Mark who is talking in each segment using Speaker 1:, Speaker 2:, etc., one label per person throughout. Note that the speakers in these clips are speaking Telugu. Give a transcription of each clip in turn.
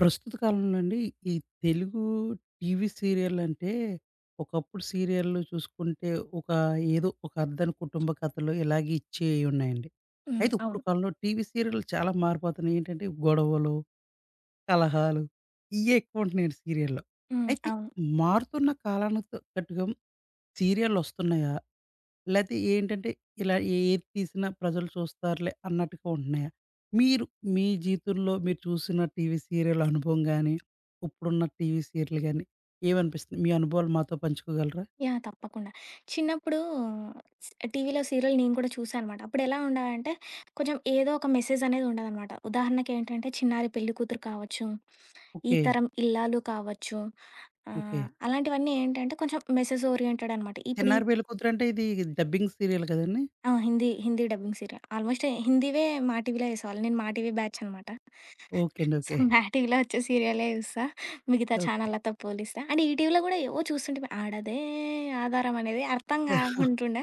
Speaker 1: ప్రస్తుత కాలంలో అండి ఈ తెలుగు టీవీ సీరియల్ అంటే ఒకప్పుడు సీరియల్లు చూసుకుంటే ఒక ఏదో ఒక అద్దని కుటుంబ కథలు ఇలాగే ఇచ్చేవి ఉన్నాయండి.
Speaker 2: హ్మ్.
Speaker 1: అయితే
Speaker 2: అవును.
Speaker 1: ఇప్పుడు కాలంలో టీవీ సీరియల్లు చాలా మారిపోతున్నాయి. ఏంటంటే గొడవలు, కలహాలు ఇయ్యే ఎక్కువ ఉంటున్నాయండి సీరియల్‌లో.
Speaker 2: హ్మ్.
Speaker 1: అయితే
Speaker 2: అవును.
Speaker 1: మారుతున్న కాలానికి తగ్గట్టుగా సీరియల్‌లు వస్తున్నాయా? లేతే ఏంటంటే ఇలా ఏది తీసినా ప్రజలు చూస్తారులే అన్నట్టుగా ఉంటున్నాయా? మీరు మీ జీవితంలో మీరు చూసిన టీవీ సీరియల్ అనుభవం గాని, ఇప్పుడున్న టీవీ సీరియల్ గాని ఏమనిపిస్తుంది? మీ అనుభవాలు మాతో పంచుకోగలరా?
Speaker 2: యాహ్! తప్పకుండా. చిన్నప్పుడు టీవీలో సీరియల్ నేను కూడా చూసా అనమాట. అప్పుడెలా ఉండాలంటే, కొంచెం ఏదో ఒక మెసేజ్ అనేది ఉండదనమాట. ఉదాహరణకేంటంటే, 'చిన్నారి పెళ్ళికూతురు' కావచ్చు, ఈ
Speaker 1: ఓకే.
Speaker 2: తరం ఇల్లాలు కావచ్చు,
Speaker 1: ఓకే.
Speaker 2: అలాంటివన్నీ ఏంటంటే, కొంచెం మెసేజ్ ఓరియెంటెడ్ అనమాట. ఇప్పుడు
Speaker 1: 'చిన్నారి పెళ్ళికూతురు' అంటే ఇది డబ్బింగ్ సీరియల్ కదండీ!
Speaker 2: ఆ! Hindi dubbing serial. ఆల్మోస్ట్ హిందీవే మా టీవీలో ఏసేవాళ్ళు. నేను మా టీవీ బ్యాచ్ అనమాట.
Speaker 1: ఓకే అండి.
Speaker 2: So,
Speaker 1: okay.
Speaker 2: మా టీవీలో వచ్చే సీరియలే చూస్తా మిగతా
Speaker 1: ఓకే.
Speaker 2: ఛానళ్ళతో పోలిస్తే. అండ్ ఈటీవీలో గూడా ఏవో చూస్తుంటిమి. ఆడదే ఆధారం అనేది అర్థం కాకుంటుండే.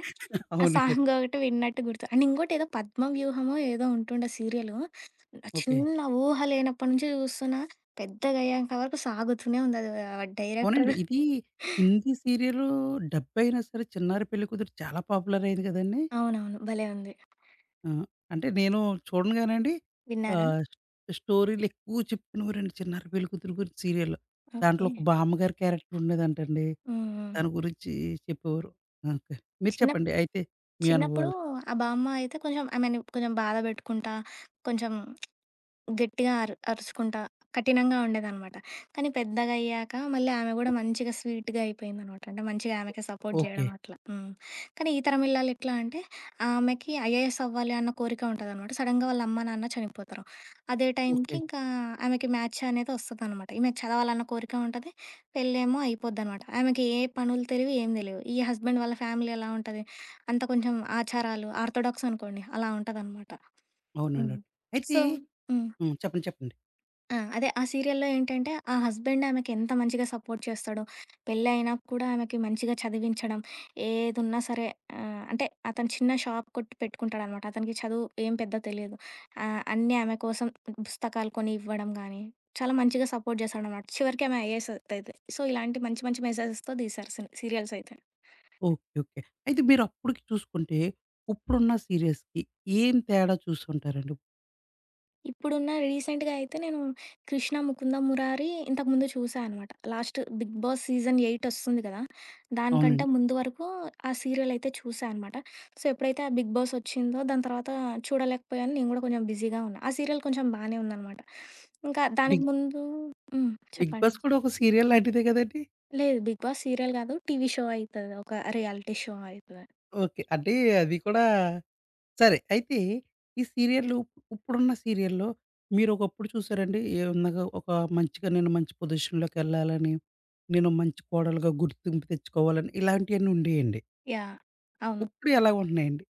Speaker 2: ఆ
Speaker 1: అవునండి.
Speaker 2: సాంగ్ ఒకటి విన్నట్టు గుర్తు. అండ్ ఇంకోటేదో పద్మవ్యూహమో ఏదో ఉంటుండే సీరియలు. నా
Speaker 1: ఓకే.
Speaker 2: చిన్న ఊహ లేనప్పటి నుంచి చూస్తున్నా. పెద్దగయ్యేంత వరకు సాగుతూనే ఉందది. ఆ డైరెక్టర్
Speaker 1: అవునండి. ఇది హిందీ సీరియలు డబ్ అయినా సరే 'చిన్నారి పెళ్ళికూతురు' చాలా పాపులర్ అయింది కదండీ!
Speaker 2: అవునవును. భలే ఉంది.
Speaker 1: ఆ! అంటే నేను చూడను గానండి.
Speaker 2: విన్నారా?
Speaker 1: ఆహ్, స్టోరీలెక్కువ చెప్పుకునేవారండి 'చిన్నారి పెళ్ళికూతురు' గురించి సీరియల్‌లో.
Speaker 2: ఓకే.
Speaker 1: దాంట్లో ఒక బామ్మ గారి క్యారెక్టర్ ఉండేదంటండి.
Speaker 2: హ్మ్. హ్మ్.
Speaker 1: దాని గురించి చెప్పేవారు. ఓకే. మీరు
Speaker 2: చిన్న
Speaker 1: చెప్పండి అయితే మీ
Speaker 2: చిన్నప్పుడు
Speaker 1: అనుభవాలు.
Speaker 2: ఆ బామ్మ అయితే కొంచెం ఆమెని కొంచెం బాధ పెట్టుకుంటా, కొంచెం గట్టిగా అరుచుకుంటా, కఠినంగా ఉండేదనమాట. కానీ పెద్దగయ్యాక మళ్ళీ ఆమె గూడా
Speaker 1: ఓ
Speaker 2: మంచిగా స్వీట్‌గా అయిపోయిందనమాట. అంటే మంచిగా
Speaker 1: ఓ
Speaker 2: ఆమెకే సపోర్ట్
Speaker 1: ఓకే.
Speaker 2: జేయడం అట్లా. హ్మ్. కానీ ఈ తరం ఇల్లాలు ఎట్లా అంటే, ఆమెకి ఐఏఎస్ అవ్వాలి అన్న కోరిక ఉంటదనమాట. సడెన్‌గా వాళ్ళ అమ్మ, నాన్న చనిపోతారు. అదే టైంకి
Speaker 1: ఓకే.
Speaker 2: ఇంకా ఆమెకి మ్యాచ్ అనేది వస్తదనమాట. ఈమెకి చదవాలన్న కోరిక ఉంటది, పెళ్ళేమో అయిపోద్దనమాట. ఆమెకి ఏ పనులు తెలివు, ఏం తెలివు. ఈ హస్బెండ్ వాళ్ళ ఫ్యామిలీ ఎలా ఉంటది, అంతా కొంచెం ఆచారాలు ఆర్థోడాక్స్ అనుకోండి అలా ఉంటదనమాట. హ్మ్.
Speaker 1: అవునండి. అయితే
Speaker 2: సో హ్మ్.
Speaker 1: హ్మ్. చెప్పండి. చెప్పండి.
Speaker 2: ఆ! అదే ఆ సీరియల్‌లో ఏంటంటే, ఆ హస్బెండ్ ఆమెకెంత మంచిగా సపోర్ట్ చేస్తాడో, పెళ్లయినా కూడా ఆమెకి మంచిగా చదివించడం, ఏదున్నా సరే అంటే అతను చిన్న షాప్ కొట్టి పెట్టుకుంటాడనమాట. అతనికి చదువు ఏం పెద్ద తెలీదు. అన్నీ ఆమె కోసం పుస్తకాలు కొని ఇవ్వడం గానీ, చాలా మంచిగా సపోర్ట్ చేస్తాడనమాట. చివరికి ఆమె ఐఏఎస్ అవుతది. సో, ఇలాంటి మంచి మంచి మెసేజెస్‌తో తీశారు సిన్ సీరియల్స్ అయితే.
Speaker 1: ఓకే. ఓకే. అయితే మీరప్పుడికి చూసుకుంటే, ఇప్పుడున్న సీరియల్స్‌కి ఏం తేడా చూసుంటారండి?
Speaker 2: ఇప్పుడున్న రీసెంట్‌గా అయితే నేను 'కృష్ణ ముకుంద మురారి' ఇంతకుముందు చూసా అనమాట. లాస్ట్ 'బిగ్ బాస్' సీజన్ 8 వస్తుంది కదా! దానికంటే
Speaker 1: అవునండి.
Speaker 2: ముందు వరకు ఆ సీరియల్ అయితే చూసా అనమాట. సో, ఎప్పుడైతే ఆ 'బిగ్ బాస్' వచ్చిందో దాని తర్వాత చూడలేకపోయాను. నేను కూడా కొంచెం బిజీగా ఉన్నా. ఆ సీరియల్ కొంచెం బానే ఉందనమాట. ఇంకా దానికి
Speaker 1: బిగ్
Speaker 2: ముందు హ్మ్.
Speaker 1: 'బిగ్
Speaker 2: చెప్పండి.
Speaker 1: బాస్' కూడా ఒక సీరియల్ లాంటిదే గదండీ?
Speaker 2: లేదు, 'బిగ్ బాస్' సీరియల్ కాదు. టీవీ షో అయితది. ఒక రియాలిటీ షో అయితది.
Speaker 1: ఓకే. అంటే అది కూడా సరే. అయితే ఈ సీరియల్‌లు ఇప్పుడున్న సీరియల్‌లో మీరొకప్పుడు చూసారండి ఏమనగా ఒక మంచిగా నేను మంచి పొజిషన్‌లోకెళ్ళాలని, నేను మంచి కోడలుగా గుర్తింపు తెచ్చుకోవాలని ఇలాంటియన్నీ ఉండేయండి.
Speaker 2: యాహ్! అవును.
Speaker 1: ఇప్పుడు ఎలా ఉంటున్నాయండి.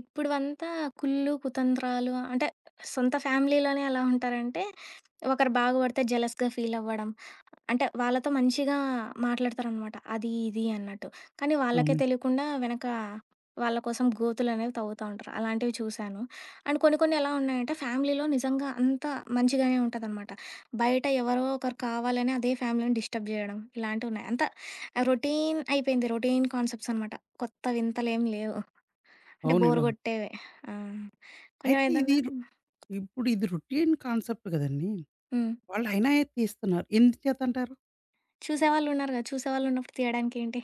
Speaker 2: ఇప్పుడువంతా కుళ్ళు, కుతంత్రాలు అంటే సొంత ఫ్యామిలీలోనే ఎలా ఉంటారంటే, ఒకరు బాగుపడితే జెలస్‌గా ఫీల్ అవ్వడం. అంటే వాళ్ళతో మంచిగా మాట్లాడతారనమాట. అది, ఇది అన్నట్టు. కానీ వాళ్ళకే
Speaker 1: అవునండి.
Speaker 2: తెలియకుండా వెనక వాళ్ళ కోసం గోతులనేవి తవ్వుతా ఉంటారు. అలాంటివి చూశాను. అండ్ కొన్ని కొన్ని ఎలా ఉన్నాయంటే ఫ్యామిలీలో నిజంగా అంతా మంచిగానే ఉంటదనమాట. బయట ఎవరో ఒకరు కావాలని అదే ఫ్యామిలీని డిస్టర్బ్ జేయడం ఇలాంటివున్నాయి. అంతా రొటీన్ అయిపోయింది. రొటీన్ కాన్సెప్ట్స్ అనమాట. కొత్త వింతలేం లేవు. అంటే బోర్
Speaker 1: అవునండి. అవును.
Speaker 2: కొట్టేవే. ఆ! కొంచెం
Speaker 1: అయితే ఇది
Speaker 2: ఏదన్నా
Speaker 1: రు ఇప్పుడు ఇది రొటీన్ కాన్సెప్ట్ కదండీ!
Speaker 2: హ్మ్.
Speaker 1: వాళ్ళయినా తీస్తున్నారు. ఎందుచేతంటారు?
Speaker 2: చూసేవాళ్ళున్నారు గదా! చూసేవాళ్ళున్నప్పుడు తీయడానికేంటి?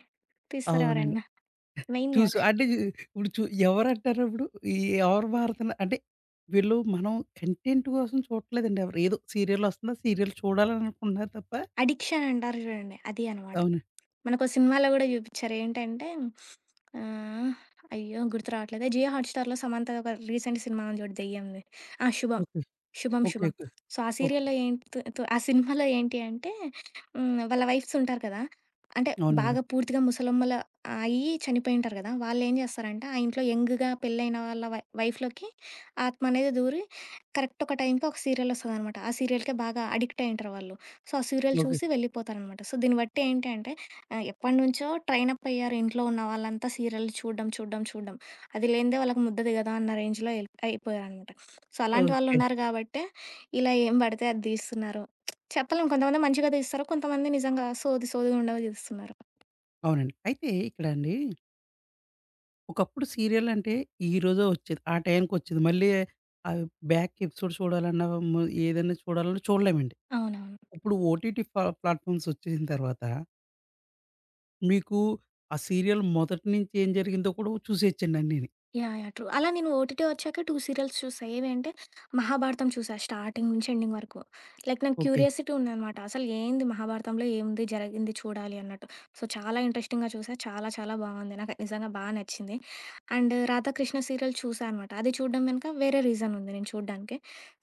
Speaker 2: తీస్తారు
Speaker 1: అవునండి.
Speaker 2: ఎవరైనా. మెయిన్‌గా
Speaker 1: చూసు అంటే ఇప్పుడు చు ఎవరంటారప్పుడు? ఈ ఎవరు మారుతున్న అంటే వీళ్ళు మనం కంటెంట్ కోసం చూడట్లేదండి ఎవరు. ఏదో సీరియల్ వస్తుందా? సీరియల్ చూడాలని అనుకుంటున్నారు తప్ప
Speaker 2: అడిక్షన్ అంటారు చూడండి. అది అనమాట.
Speaker 1: అవును.
Speaker 2: మనకో సినిమాలో గూడా జూపిచ్చారు. ఏంటంటే ఆహ్, అయ్యో! గుర్తు రావట్లేదు. జియో హాట్‌స్టార్‌లో సమంతది ఒక రీసెంట్ సినిమా ఉంది జూడు దెయ్యంది. ఆ! 'శుభం'.
Speaker 1: Okay.
Speaker 2: 'Shubham
Speaker 1: okay.
Speaker 2: Shubham.'
Speaker 1: Okay.
Speaker 2: So, ఆ
Speaker 1: ఓకే.
Speaker 2: సీరియల్‌లో ఏంటి ఆ సినిమాలో ఏంటి అంటే హ్మ్, వాళ్ళ వైఫ్స్ ఉంటారు కదా! అంటే
Speaker 1: అవునండి.
Speaker 2: బాగా పూర్తిగా ముసలమ్మలు అయ్యి చనిపోయుంటారు గదా! వాళ్ళేం జేస్తారంటే, ఆ ఇంట్లో యంగ్‌గా పెళ్ళైన వాళ్ళ వైఫ్‌లోకి ఆత్మ అనేది దూరి కరెక్ట్ ఒక టైంకి ఒక సీరియల్ ఒస్తదనమాట. ఆ సీరియల్‌కే బాగా అడిక్ట్ అయ్యుంటారు వాళ్ళు. సో, ఆ సీరియల్
Speaker 1: ఓకే.
Speaker 2: చూసి వెళ్ళిపోతారనమాట. సో, దీన్ని బట్టి ఏంటి అంటే ఆ! ఎప్పటినుంచో ట్రైనప్ అయ్యారు ఇంట్లో ఉన్న వాళ్ళంతా సీరియల్‌లు చూడడం, చూడడం, చూడడం. అది లేనిదే వాళ్ళకి ముద్ద దిగదా అన్న రేంజ్‌లో ఎల్ అయిపోయారనమాట. సో, అలాంటి
Speaker 1: ఓకే.
Speaker 2: వాళ్ళున్నారు గాబట్టే ఇలా ఏం పడితే అది తీస్తున్నారు. చెప్పలేం, కొంతమంది మంచిగా తీస్తారు. కొంతమంది నిజంగా సోది సోదిగుండవి తీస్తున్నారు.
Speaker 1: అవునండి. అయితే ఇక్కడండి ఒకప్పుడు సీరియల్ అంటే ఈరోజే వచ్చేది. ఆ టైంకొచ్చేది. మళ్ళీ ఆహ్, బ్యాక్ ఎపిసోడ్ చూడాలన్నా ము ఏదైనా చూడాలన్నా చూడలేమండి.
Speaker 2: అవునవును.
Speaker 1: ఇప్పుడు ఓటీటీ ప్లాట్‌ఫామ్స్ వచ్చేసిన తర్వాత మీకు ఆ సీరియల్ మొదటి నుంచి ఏం జరిగిందో కూడా చూసేయచ్చండి అన్నీని.
Speaker 2: యాహ్! యాహ్! ట్రూ. అలా నేను ఓటీటీ వచ్చాక 2 సీరియల్స్ చూసా. ఏవంటే 'మహాభారతం' చూసా స్టార్టింగ్ నుంచి ఎండింగ్ వరకు. లైక్ నాకు
Speaker 1: ఓకే.
Speaker 2: క్యూరియాసిటీ ఉందనమాట. అసలు ఏంది 'మహాభారతంలో' ఏముంది జరిగింది చూడాలి అన్నట్టు. సో, చాలా ఇంట్రెస్టింగ్‌గా చూసా. చాలా చాలా బాగుంది. నాకు నిజంగా నచ్చింది. అండ్ 'రాధాకృష్ణ' సీరియల్ చూసా అనమాట. అది చూడడం వెనక వేరే రీజన్ ఉంది నేను చూడడానికి.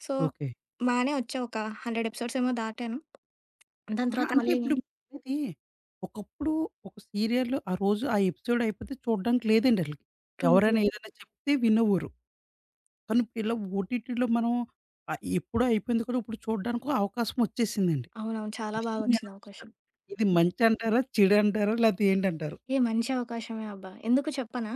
Speaker 2: So,
Speaker 1: okay.
Speaker 2: బానే వచ్చా ఒక 100 ఎపిసోడ్స్ ఏమో దాటాను. దాని
Speaker 1: అహా!
Speaker 2: తర్వాత
Speaker 1: అంటే
Speaker 2: మళ్ళీ
Speaker 1: ఇప్పుడు అనేది ఒకప్పుడు ఒక సీరియల్ ఆ రోజు ఆ ఎపిసోడ్ అయిపోతే చూడడానికి లేదండి అసలకి.
Speaker 2: ట్రూ. ట్రూ.
Speaker 1: ఎవరైనా ఏదైనా చెప్తే వినేవారు. కానీ ఇప్పుడు ఇలా ఓటీటీలో మనం ఎప్పుడో అయిపోయింది కూడా ఇప్పుడు చూడడానికి అవకాశం వచ్చేసిందండి.
Speaker 2: అవునవును. చాలా బాగా
Speaker 1: దీన్ని ఎలా
Speaker 2: వచ్చింది అవకాశం.
Speaker 1: చూస్తారు? ఇది మంచి అంటారా? చెడు అంటారా? లేతే ఏంటంటారు?
Speaker 2: ఏ మంచి అవకాశమే అబ్బా! ఎందుకు చెప్పనా?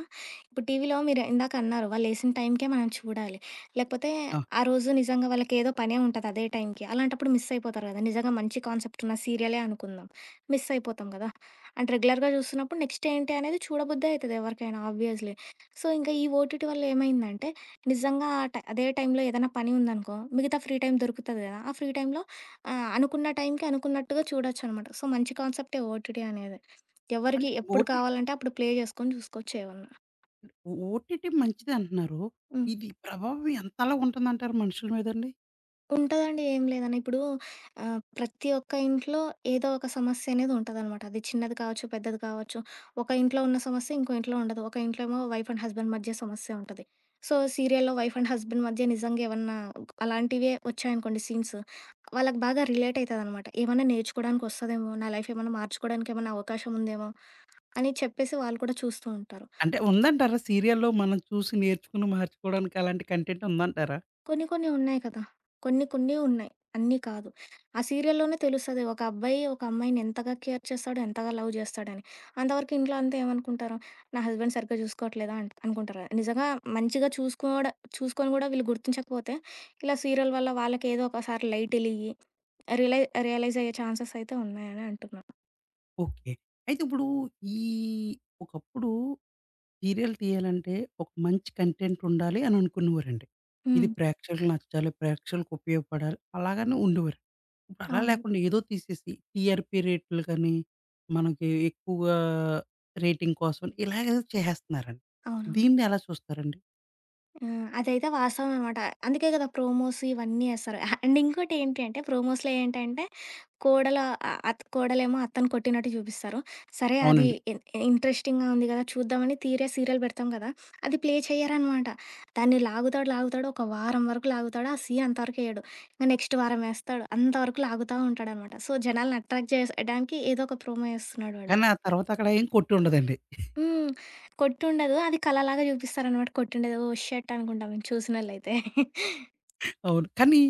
Speaker 2: ఇప్పుడు టీవీలో మీరు ఇందాక అన్నారు, వాళ్ళేసిన టైంకే మనం చూడాలి. లేకపోతే
Speaker 1: ఆ!
Speaker 2: ఆ రోజు నిజంగా వాళ్ళకేదో పనే ఉంటది అదే టైంకి. అలాంటప్పుడు మిస్ అయిపోతారు కదా! నిజంగా మంచి కాన్సెప్ట్ ఉన్న సీరియలే అనుకుందాం. మిస్ అయిపోతాం కదా! అండ్ రెగ్యులర్‌గా చూస్తున్నప్పుడు నెక్స్ట్ ఏంటి అనేది చూడబుద్దే అయితది ఎవరికైనా ఆబ్వియస్‌లీ. సో, ఇంకా ఈ ఓటీటీ వల్ల ఏమైందంటే నిజంగా ఆ అదే టైంలో ఏదైనా పని ఉందనుకో, మిగతా ఫ్రీ టైమ్ దొరుకుతది కదా! ఆ ఫ్రీ టైమ్‌లో అనుకున్న టైంకి అనుకున్నట్టుగా చూడొచ్చనమాట. సో, మంచి కాన్సెప్టే ఓటీటీ అనేది. ఎవరికి
Speaker 1: అంటే
Speaker 2: ఎప్పుడు
Speaker 1: ఓటీటీ
Speaker 2: కావాలంటే అప్పుడు ప్లే చేసుకొని చూసుకోవచ్చు ఏమన్నా.
Speaker 1: ఓటీటీ మంచిదే అంటున్నారు.
Speaker 2: హ్మ్.
Speaker 1: ఇది ప్రభావం ఎంతలా ఉంటుందంటారు మనుషుల మీదండి?
Speaker 2: ఉంటదండి. ఏం లేదని. ఇప్పుడు ప్రతి ఒక్క ఇంట్లో ఏదో ఒక సమస్య అనేది ఉంటదనమాట. అది చిన్నది కావచ్చు, పెద్దది కావచ్చు. ఒక ఇంట్లో ఉన్న సమస్య ఇంకో ఇంట్లో ఉండదు. ఒక ఇంట్లో ఏమో వైఫ్ అండ్ హస్బెండ్ మధ్య సమస్య ఉంటది. సో, సీరియల్‌లో వైఫ్ అండ్ హస్బెండ్ మధ్య నిజంగా ఏమన్నా అలాంటివే వచ్చాయనుకోండి సీన్స్, వాళ్ళకి బాగా రిలేట్ అయితదనమాట. ఏమన్నా నేర్చుకోవడానికి వస్తదేమో! నా లైఫ్ ఏమన్నా మార్చుకోవడానికి ఏమన్నా అవకాశం ఉందేమో! అని చెప్పేసి వాళ్ళు కూడా చూస్తూ ఉంటారు.
Speaker 1: అంటే ఉందంటారా? సీరియల్‌లో మనం చూసి నేర్చుకుని మార్చుకోవడానికి అలాంటి కంటెంట్ ఉందంటారా?
Speaker 2: కొన్ని కొన్ని ఉన్నాయి కదా! కొన్ని కొన్ని ఉన్నాయి. అన్నీ కాదు. ఆ సీరియల్‌లోనే తెలుస్తది. ఒక అబ్బాయి ఒక అమ్మాయిని ఎంతగా కేర్ చేస్తాడో, ఎంతగా లవ్ చేస్తాడని. అంతవరకు ఇంట్లో అంతా ఏమనుకుంటారు? నా హస్బెండ్ సరిగ్గా చూసుకోవట్లేదా అంట్ అనుకుంటారు. నిజంగా మంచిగా చూసుకొని కూడా వీళ్ళు గుర్తించకపోతే, ఇలా సీరియల్ వల్ల వాళ్ళకి ఏదో ఒకసారి లైట్ ఎలిగి రియలై రియలైజ్ అయ్యే ఛాన్సెస్ అయితే ఉన్నాయని అంటున్నా.
Speaker 1: ఓకే. అయితే ఇప్పుడు ఈ ఒకప్పుడు సీరియల్ తీయాలంటే ఒక మంచి కంటెంట్ ఉండాలి అని అనుకునేవారండి. ఇది
Speaker 2: హ్మ్.
Speaker 1: ప్రేక్షకులకు నచ్చాలి, ప్రేక్షకులకు ఉపయోగపడాలి అలాగని ఉండేవారు. ఇప్పుడు అలా
Speaker 2: అవును.
Speaker 1: లేకుండా ఏదో తీసేసి టీఆర్‌పీ రేట్లు కానీ, మనకి ఎక్కువగా రేటింగ్ కోసం ఇలాగేదో చేసేస్తున్నారండి.
Speaker 2: అవునవును.
Speaker 1: దీన్ని ఎలా చూస్తారండి?
Speaker 2: ఆ! అదైతే వాస్తవం అనమాట. అందుకే కదా! ప్రోమోస్ ఇవన్నీ ఏస్తారు. అహా! అండ్ ఇంకోటి ఏంటి అంటే ప్రోమోస్‌లో ఏంటంటే కోడల ఆహ్, అత్ కోడలేమో అత్తని కొట్టినట్టు చూపిస్తారు. సరే అది
Speaker 1: అవునండి.
Speaker 2: ఇన్ ఇంట్రెస్టింగ్‌గా ఉంది కదా! చూద్దామని తీరా సీరియల్ పెడతాం కదా! అది ప్లే చెయ్యరనమాట. దాన్ని లాగుతాడు, లాగుతాడు ఒక వారం వరకు లాగుతాడు. ఆ సీన్ అంతవరకు ఏయడు. ఇంక నెక్స్ట్ వారం ఏస్తాడు. అంతవరకు లాగుతా ఉంటాడనమాట. సో, జనాల్ని అట్రాక్ట్ చేయడానికి ఏదో ఒక ప్రోమో ఏస్తున్నాడు వాడు.
Speaker 1: కానీ ఆ తర్వాత అక్కడ ఏం కొట్టి ఉండదండి.
Speaker 2: హ్మ్. కొట్టుండదు. అది కళలాగా చూపిస్తారనమాట కొట్టుండేది. ఓహ్! షట్ అనుకుంటాం మేము చూసినోళ్ళైతే.
Speaker 1: అవును. కానీ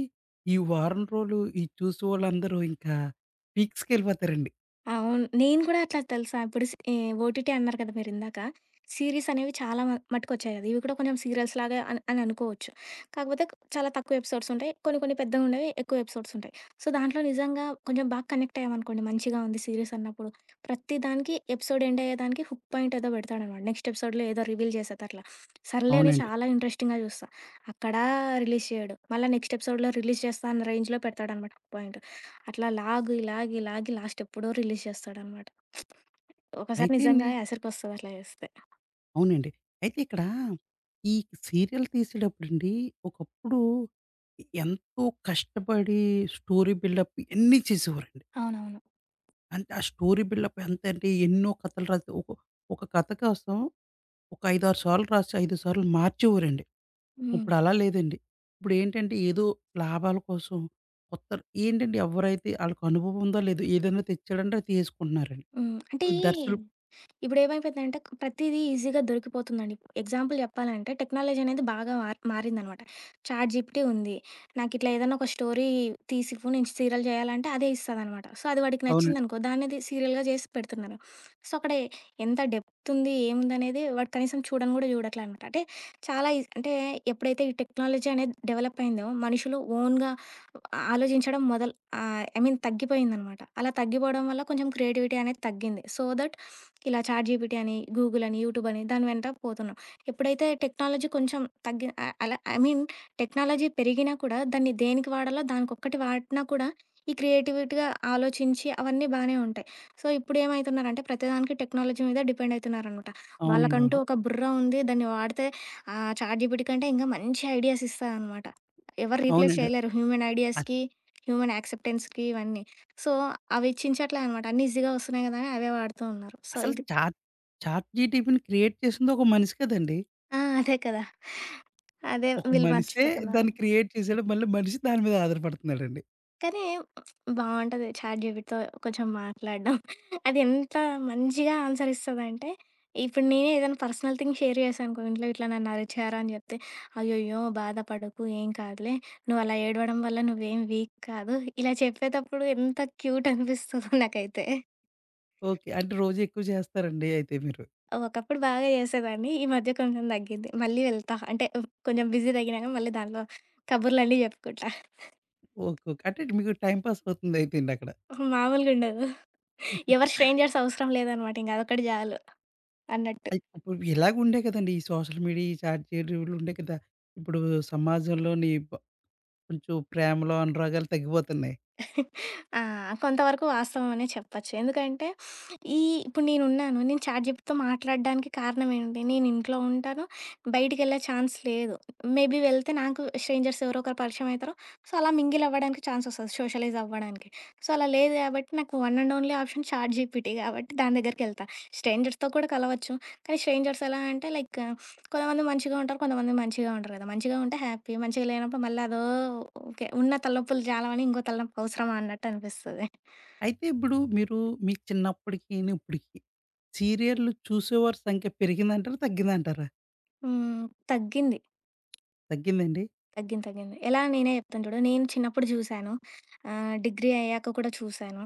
Speaker 1: ఈ వారం రోజులు ఈ చూసేవాళ్ళందరూ ఇంకా పీక్స్‌కెళ్ళిపోతారండి.
Speaker 2: అవును. నేను కూడా అట్లా తెలుసా ఇప్పుడు ఓటీటీ అన్నారు కదా మీరిందాక. సీరీస్ అనేవి చాలా మట్టుకొచ్చాయి కదా! ఇవి కూడా కొంచెం సీరియల్స్ లాగా అని అని అనుకోవచ్చు. కాకపోతే చాలా తక్కువ ఎపిసోడ్స్ ఉంటాయి. కొన్ని కొన్ని పెద్దగుండేవి, ఎక్కువ ఎపిసోడ్స్ ఉంటాయి. సో, దాంట్లో నిజంగా కొంచెం బాగా కనెక్ట్ అయ్యామనుకోండి మంచిగా ఉంది సీరీస్ అన్నప్పుడు. ప్రతి దానికి ఎపిసోడ్ ఎండ్ అయ్యేదానికి హుక్ పాయింట్ ఏదో పెడతాడనమాట. నెక్స్ట్ ఎపిసోడ్‌లో ఏదో రివీల్ చేసేది అట్లా. సర్లే అని
Speaker 1: అవునండి.
Speaker 2: చాలా ఇంట్రెస్టింగ్‌గా చూస్తా. అక్కడా రిలీజ్ చేయడు. మళ్ళా నెక్స్ట్ ఎపిసోడ్‌లో రిలీజ్ చేస్తా అన్న రేంజ్‌లో పెడతాడనమాట హుక్ పాయింట్. అట్లా లాగి, లాగి, లాగి లాస్ట్ ఎప్పుడో రిలీజ్ చేస్తాడనమాట. ఒకసారి నిజంగా
Speaker 1: అయితేండి
Speaker 2: ఎసరికొస్తది అట్లా చేస్తే.
Speaker 1: అవునండి. అయితే ఇక్కడ ఈ సీరియల్ తీసేటప్పుడండి ఒకప్పుడు ఎంతో కష్టపడి స్టోరీ బిల్డప్ ఇయన్నీ చేసేవారండి.
Speaker 2: అవునవును.
Speaker 1: అంటే ఆ స్టోరీ బిల్డప్ ఎంత అంటే ఎన్నో కథలు రాసి ఒక ఒక కథ కోసం ఒక 5, 6 సార్లు రాసి 5 సార్లు మార్చేవారండి.
Speaker 2: హ్మ్.
Speaker 1: ఇప్పుడు అలా లేదండి. ఇప్పుడేంటంటే ఏదో లాభాల కోసం కొత్త ఏంటంటే ఎవరైతే ఆళ్ళకి అనుభవం ఉందో లేదో ఏదైనా తెచ్చాడంటే అది తీసుకుంటున్నారండి.
Speaker 2: హ్మ్. అంటే
Speaker 1: దర్శకులు
Speaker 2: ఇప్పుడేమైపోయిందంటే ప్రతీదీ ఈజీగా దొరికిపోతుందండి. ఎగ్జాంపుల్ చెప్పాలంటే టెక్నాలజీ అనేది బాగా మారిందనమాట. చాట్ జీపీటీ ఉంది. నాకిట్లా ఏదైనా ఒక స్టోరీ తీసివ్వు నేను సీరియల్ చేయాలంటే అదే ఇస్తదనమాట. సో, అది వాడికి
Speaker 1: అవునండి.
Speaker 2: నచ్చిందనుకో దాన్నది సీరియల్‌గా చేసి పెడుతున్నారు. సో, అక్కడ ఎంత డెప్త్ ఉంది, ఏముందనేది వాడు కనీసం చూడను కూడా చూడట్లే అనమాట. అంటే చాలా ఈజ్ అంటే ఎప్పుడైతే ఈ టెక్నాలజీ అనేది డెవలప్ అయిందో మనుషులు ఓన్‌గా ఆలోచించడం మొదలు ఐ మీన్ తగ్గిపోయిందనమాట. అలా తగ్గిపోవడం వల్ల కొంచెం క్రియేటివిటీ అనేది తగ్గింది. సో దట్ ఇలా చాట్‌జీపీటీ అని, గూగుల్ అని, యూట్యూబ్ అని దాని వెంట పోతున్నాం. ఎప్పుడైతే టెక్నాలజీ కొంచెం తగ్గి అలా ఐ మీన్ టెక్నాలజీ పెరిగినా కూడా దాన్ని దేనికి వాడాలో దానికొక్కటి వాడినా కూడా ఈ క్రియేటివిటీగా ఆలోచించి అవన్నీ బానే ఉంటాయి. సో, ఇప్పుడేమైతున్నారంటే ప్రతిదానికి టెక్నాలజీ మీద డిపెండ్ అయితున్నారనమాట.
Speaker 1: అవునండి.
Speaker 2: వాళ్ళకంటూ
Speaker 1: అవును.
Speaker 2: ఒక బుర్ర ఉంది. దాన్ని వాడితే చాట్‌జీపీటీ కంటే ఇంకా మంచి ఐడియాస్ ఇస్తదనమాట. ఎవరు రీప్లేస్
Speaker 1: అవునండి.
Speaker 2: చేయలేరు హ్యూమన్
Speaker 1: అ
Speaker 2: ఐడియాస్‌కి, హ్యూమన్ యాక్సెప్టెన్స్‌కి ఇవన్నీ. సో, అవి చించట్లే అనమాట. అన్నీ ఈజీగా వస్తున్నాయి కదా! అని అవే వాడుతూ ఉన్నారు. సో,
Speaker 1: అసలు
Speaker 2: ఇది
Speaker 1: చాట్‌జీటీపీని క్రియేట్ చేసింది ఒక మనిషి కదండీ!
Speaker 2: ఆ! అదే కదా! అదే
Speaker 1: ఒక
Speaker 2: వీళ్ళు
Speaker 1: మనిషే దాన్ని
Speaker 2: మర్చిపోతున్నారని.
Speaker 1: క్రియేట్ చేసాడు. మళ్ళీ మనిషి దాని మీద ఆధారపడుతున్నాడండి.
Speaker 2: కానీ బావుంటది చాట్‌జీపీటీతో కొంచెం మాట్లాడడం. అది ఎంత మంచిగా ఆన్సర్ ఇస్తదంటే, ఇప్పుడు నేనే ఏదైనా పర్సనల్ థింగ్ షేర్ చేశాననుకో ఇంట్లో ఇట్లా నన్ను అరిచారు అని చెప్తే, "అయ్యయ్యో! బాధపడకు ఏం కాదులే. నువ్వు అలా ఏడవడం వల్ల నువ్వేం వీక్ కాదు." ఇలా చెప్పేటప్పుడు ఎంత క్యూట్ అనిపిస్తదో నాకైతే.
Speaker 1: ఓకే. అంటే రోజు ఎక్కువ చేస్తారండి అయితే మీరు.
Speaker 2: ఒకప్పుడు బాగా చేసేదాన్ని. ఈ మధ్య కొంచెం తగ్గింది. మళ్ళీ వెళ్తా. అంటే కొంచెం బిజీ తగ్గినాక మళ్ళీ దాంట్లో కబుర్లన్నీ చెప్పుకుంటా.
Speaker 1: ఓకే. ఓకే. అంటే మీకు టైమ్ పాస్ అవుతుంది అయితేండి అక్కడ.
Speaker 2: మామూలుగా ఉండదు. ఎవరు స్ట్రేంజర్స్ అవసరం లేదనమాట. ఇంక అదొక్కటి చాలు అన్నట్టు.
Speaker 1: అయితే ఇప్పుడు ఇలాగ ఉండే కదండీ! ఈ సోషల్ మీడియా, ఈ చాట్‌జీటీపీలు ఉండే కదా! ఇప్పుడు సమాజంలోని బ కొంచెం ప్రేమలో అనురాగాలు తగ్గిపోతున్నాయి.
Speaker 2: ఆ! కొంతవరకు వాస్తవం అనే చెప్పొచ్చు. ఎందుకంటే ఈ ఇప్పుడు నేనున్నాను. నేను చాట్‌జీపీటీతో మాట్లాడడానికి కారణం ఏంటి? నేను ఇంట్లో ఉంటాను. బయటికెళ్ళే ఛాన్స్ లేదు. మేబీ వెళ్తే నాకు స్ట్రేంజర్స్ ఎవరో ఒకరు పరిచయం అయితారు. సో, అలా మింగిల్ అవ్వడానికి ఛాన్స్ వస్తది. సోషలైజ్ అవ్వడానికి. సో, అలా లేదు కాబట్టి నాకు one and only option ChatGPT కాబట్టి దాని దగ్గరికెళ్తా. స్ట్రేంజర్స్‌తో కూడా కలవచ్చు. కానీ స్ట్రేంజర్స్ ఎలా అంటే లైక్ కొంతమంది మంచిగా ఉంటారు. కొంతమంది మంచిగా ఉండరు కదా! మంచిగా ఉంటే హ్యాపీ. మంచిగా లేనప్పుడు మళ్ళీ అదో ఓకే. ఉన్న తలనొప్పులు జాలమని ఇంకో తలనొప్పి అవసరమా అన్నట్టు అనిపిస్తది.
Speaker 1: అయితే ఇప్పుడు మీరు మీ చిన్నప్పటికిను, ఇప్పటికి సీరియల్‌లు చూసేవారి సంఖ్య పెరిగిందంటారా? తగ్గిందంటారా?
Speaker 2: హ్మ్. తగ్గింది.
Speaker 1: తగ్గిందండి.
Speaker 2: తగ్గింది. తగ్గింది. ఎలా నేనే చెప్తాను చూడు. నేను చిన్నప్పుడు జూశాను. డిగ్రీ అయ్యాక కూడా చూశాను.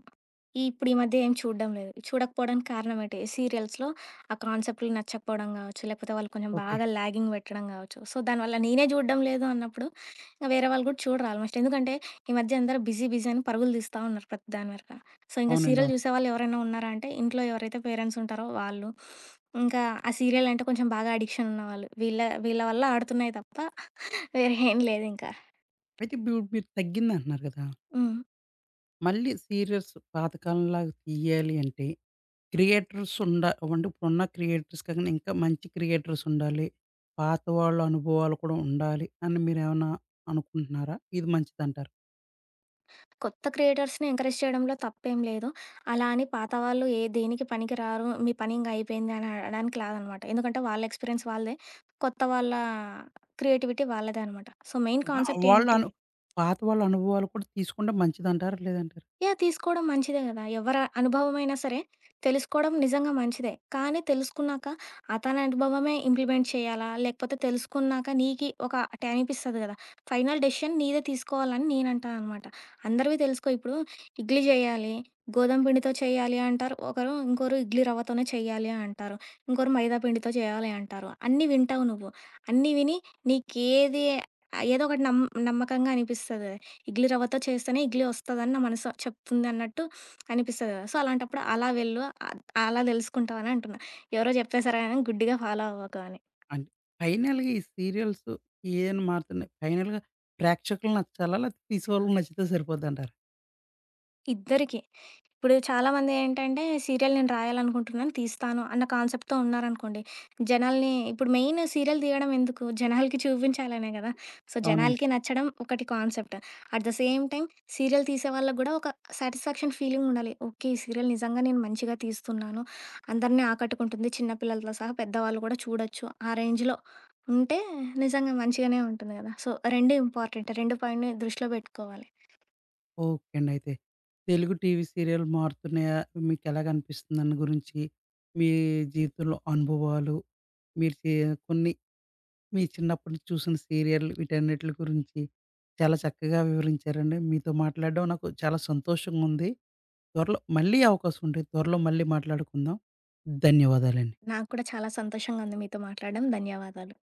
Speaker 2: ఈ ఇప్పుడు ఈ మధ్య ఏం చూడడం లేదు. చూడకపోవడానికి కారణం ఏంటి? సీరియల్స్‌లో ఆ కాన్సెప్ట్‌లు నచ్చకపోవడం గావచ్చు, లేకపోతే వాళ్ళు కొంచెం
Speaker 1: ఓకే.
Speaker 2: బాగా లాగింగ్ పెట్టడం గావచ్చు. సో, దానివల్ల నేనే చూడడం లేదు అన్నప్పుడు, ఇంక వేరే వాళ్ళు కూడా చూడరు ఆల్మోస్ట్. ఎందుకంటే ఈ మధ్య అందరూ బిజీ, బిజీ అని పరుగులు తీస్తా ఉన్నారు ప్రతి దాని వెనక. సో, ఇంక
Speaker 1: అవునండి.
Speaker 2: సీరియల్
Speaker 1: అవును.
Speaker 2: చూసేవాళ్ళు ఎవరైనా ఉన్నారా అంటే, ఇంట్లో ఎవరైతే పేరెంట్స్ ఉంటారో వాళ్ళు. ఇంకా ఆ సీరియల్ అంటే కొంచెం బాగా అడిక్షన్ ఉన్నవాళ్ళు. వీళ్ళ వీళ్ళ వల్ల ఆడుతున్నాయి తప్ప వేరే ఏం లేదింకా.
Speaker 1: అయితే ఇప్పుడు మీరు తగ్గిందంటున్నారు కదా!
Speaker 2: హ్మ్.
Speaker 1: మళ్ళీ సీరియల్స్ పాతకాలంలాగా తీయాలి అంటే క్రియేటర్స్ ఉండ అంటే ఇప్పుడున్న క్రియేటర్స్ కాకుండా ఇంకా మంచి క్రియేటర్స్ ఉండాలి. పాత వాళ్ళ అనుభవాలు కూడా ఉండాలి అని మీరేమన్నా అనుకుంటున్నారా? ఇది మంచిదంటారా?
Speaker 2: కొత్త క్రియేటర్స్‌ని ఎంకరేజ్ చేయడంలో తప్పేం లేదు. అలా అని పాత వాళ్ళు ఏ దేనికి పనికిరారు, మీ పని ఇంక అయిపోయింది అని అనడానికి లేదనమాట. ఎందుకంటే వాళ్ళ ఎక్స్‌పీరియన్స్ వాళ్ళదే. కొత్త వాళ్ళ క్రియేటివిటీ వాళ్ళదే అనమాట. సో, మెయిన్
Speaker 1: వా
Speaker 2: కాన్సెప్ట్
Speaker 1: వాళ్ళ
Speaker 2: ఏంటి
Speaker 1: అను పాత వాళ్ళ అనుభవాలు కూడా తీసుకుంటే మంచిదంటారా? లేదంటారా?
Speaker 2: యాహ్! తీసుకోవడం మంచిదే గదా! ఎవరి అనుభవమైనా సరే తెలుసుకోవడం నిజంగా మంచిదే. కానీ తెలుసుకున్నాక అతని అనుభవమే ఇంప్లిమెంట్ చేయాలా? లేకపోతే తెలుసుకున్నాక నీకి ఒక టైమిస్తది గదా! ఫైనల్ డెసిషన్ నీదే తీసుకోవాలని నేనంటా అనమాట. అందరివి తెలుసుకో, ఇప్పుడు ఇడ్లీ జేయాలి, గోధుమ పిండితో చేయాలి అంటారు. ఒకరు ఇంకోరు ఇడ్లీ రవ్వతోనే చేయాలి అంటారు. ఇంకోరు మైదా పిండితో చేయాలి అంటారు. అన్నీ వింటావు నువ్వు. అన్నీ విని నీకేది ఏదో ఒకటి నమ్మకంగా అనిపిస్తది. ఇడ్లీ రవ్వతో చేస్తేనే ఇడ్లీ వస్తదని నా మనసు చెప్తుంది అన్నట్టు అనిపిస్తది కదా! సో, అలాంటప్పుడు అలా వెళ్ళు. అలా తెలుసుకుంటావని అంటున్నా. ఎవరో చెప్పేసారని గుడ్డిగా ఫాలో అవ్వకు అని.
Speaker 1: అంటే ఫైనల్‌గా ఈ సీరియల్స్ ఏయని మారుతున్నాయి. ఫైనల్‌గా ప్రేక్షకులు నచ్చాలా? లేకపోతే తీసేవాళ్ళకి నచ్చితే సరిపోద్దంటారా?
Speaker 2: ఇద్దరికీ. ఇప్పుడు చాలామంది ఏంటంటే, సీరియల్ నేను రాయాలనుకుంటున్నాను, తీస్తాను అన్న కాన్సెప్ట్‌తో ఉన్నారనుకోండి. జనాల్ని ఇప్పుడు మెయిన్ సీరియల్ తీయడం ఎందుకు? జనాలకి చూపించాలనే కదా! సో,
Speaker 1: అవునండి.
Speaker 2: జనాలకి నచ్చడం ఒకటి concept. At the same time serial తీసే వాళ్ళకి గూడా ఒక సాటిస్ఫాక్షన్ ఫీలింగ్ ఉండాలి. ఓకే. ఈ సీరియల్ నిజంగా నేను మంచిగా తీస్తున్నాను. అందరిని ఆకట్టుకుంటుంది. చిన్న పిల్లలతో సహా పెద్దవాళ్ళు కూడా చూడొచ్చు. ఆ రేంజ్‌లో ఉంటే నిజంగా మంచిగానే ఉంటుంది కదా! So, 2 important. 2 పాయింట్‌ని దృష్టిలో పెట్టుకోవాలి.
Speaker 1: ఓకే అండి. అయితే తెలుగు టీవీ సీరియల్ మారుతున్నాయా? మీకెలాగనిపిస్తుంది దాని గురించి, మీ జీవితంలో అనుభవాలు, మీరు చే కొన్ని మీ చిన్నప్పుడు చూసిన సీరియల్ వీటన్నిటిల గురించి చాలా చక్కగా వివరించారండి. మీతో మాట్లాడడం నాకు చాలా సంతోషంగా ఉంది. త్వరలో మళ్ళీ అవకాశం ఉంటే త్వరలో మళ్ళీ మాట్లాడుకుందాం. ధన్యవాదాలండి.
Speaker 2: నాకు కూడా చాలా సంతోషంగా ఉంది మీతో మాట్లాడడం. ధన్యవాదాలు.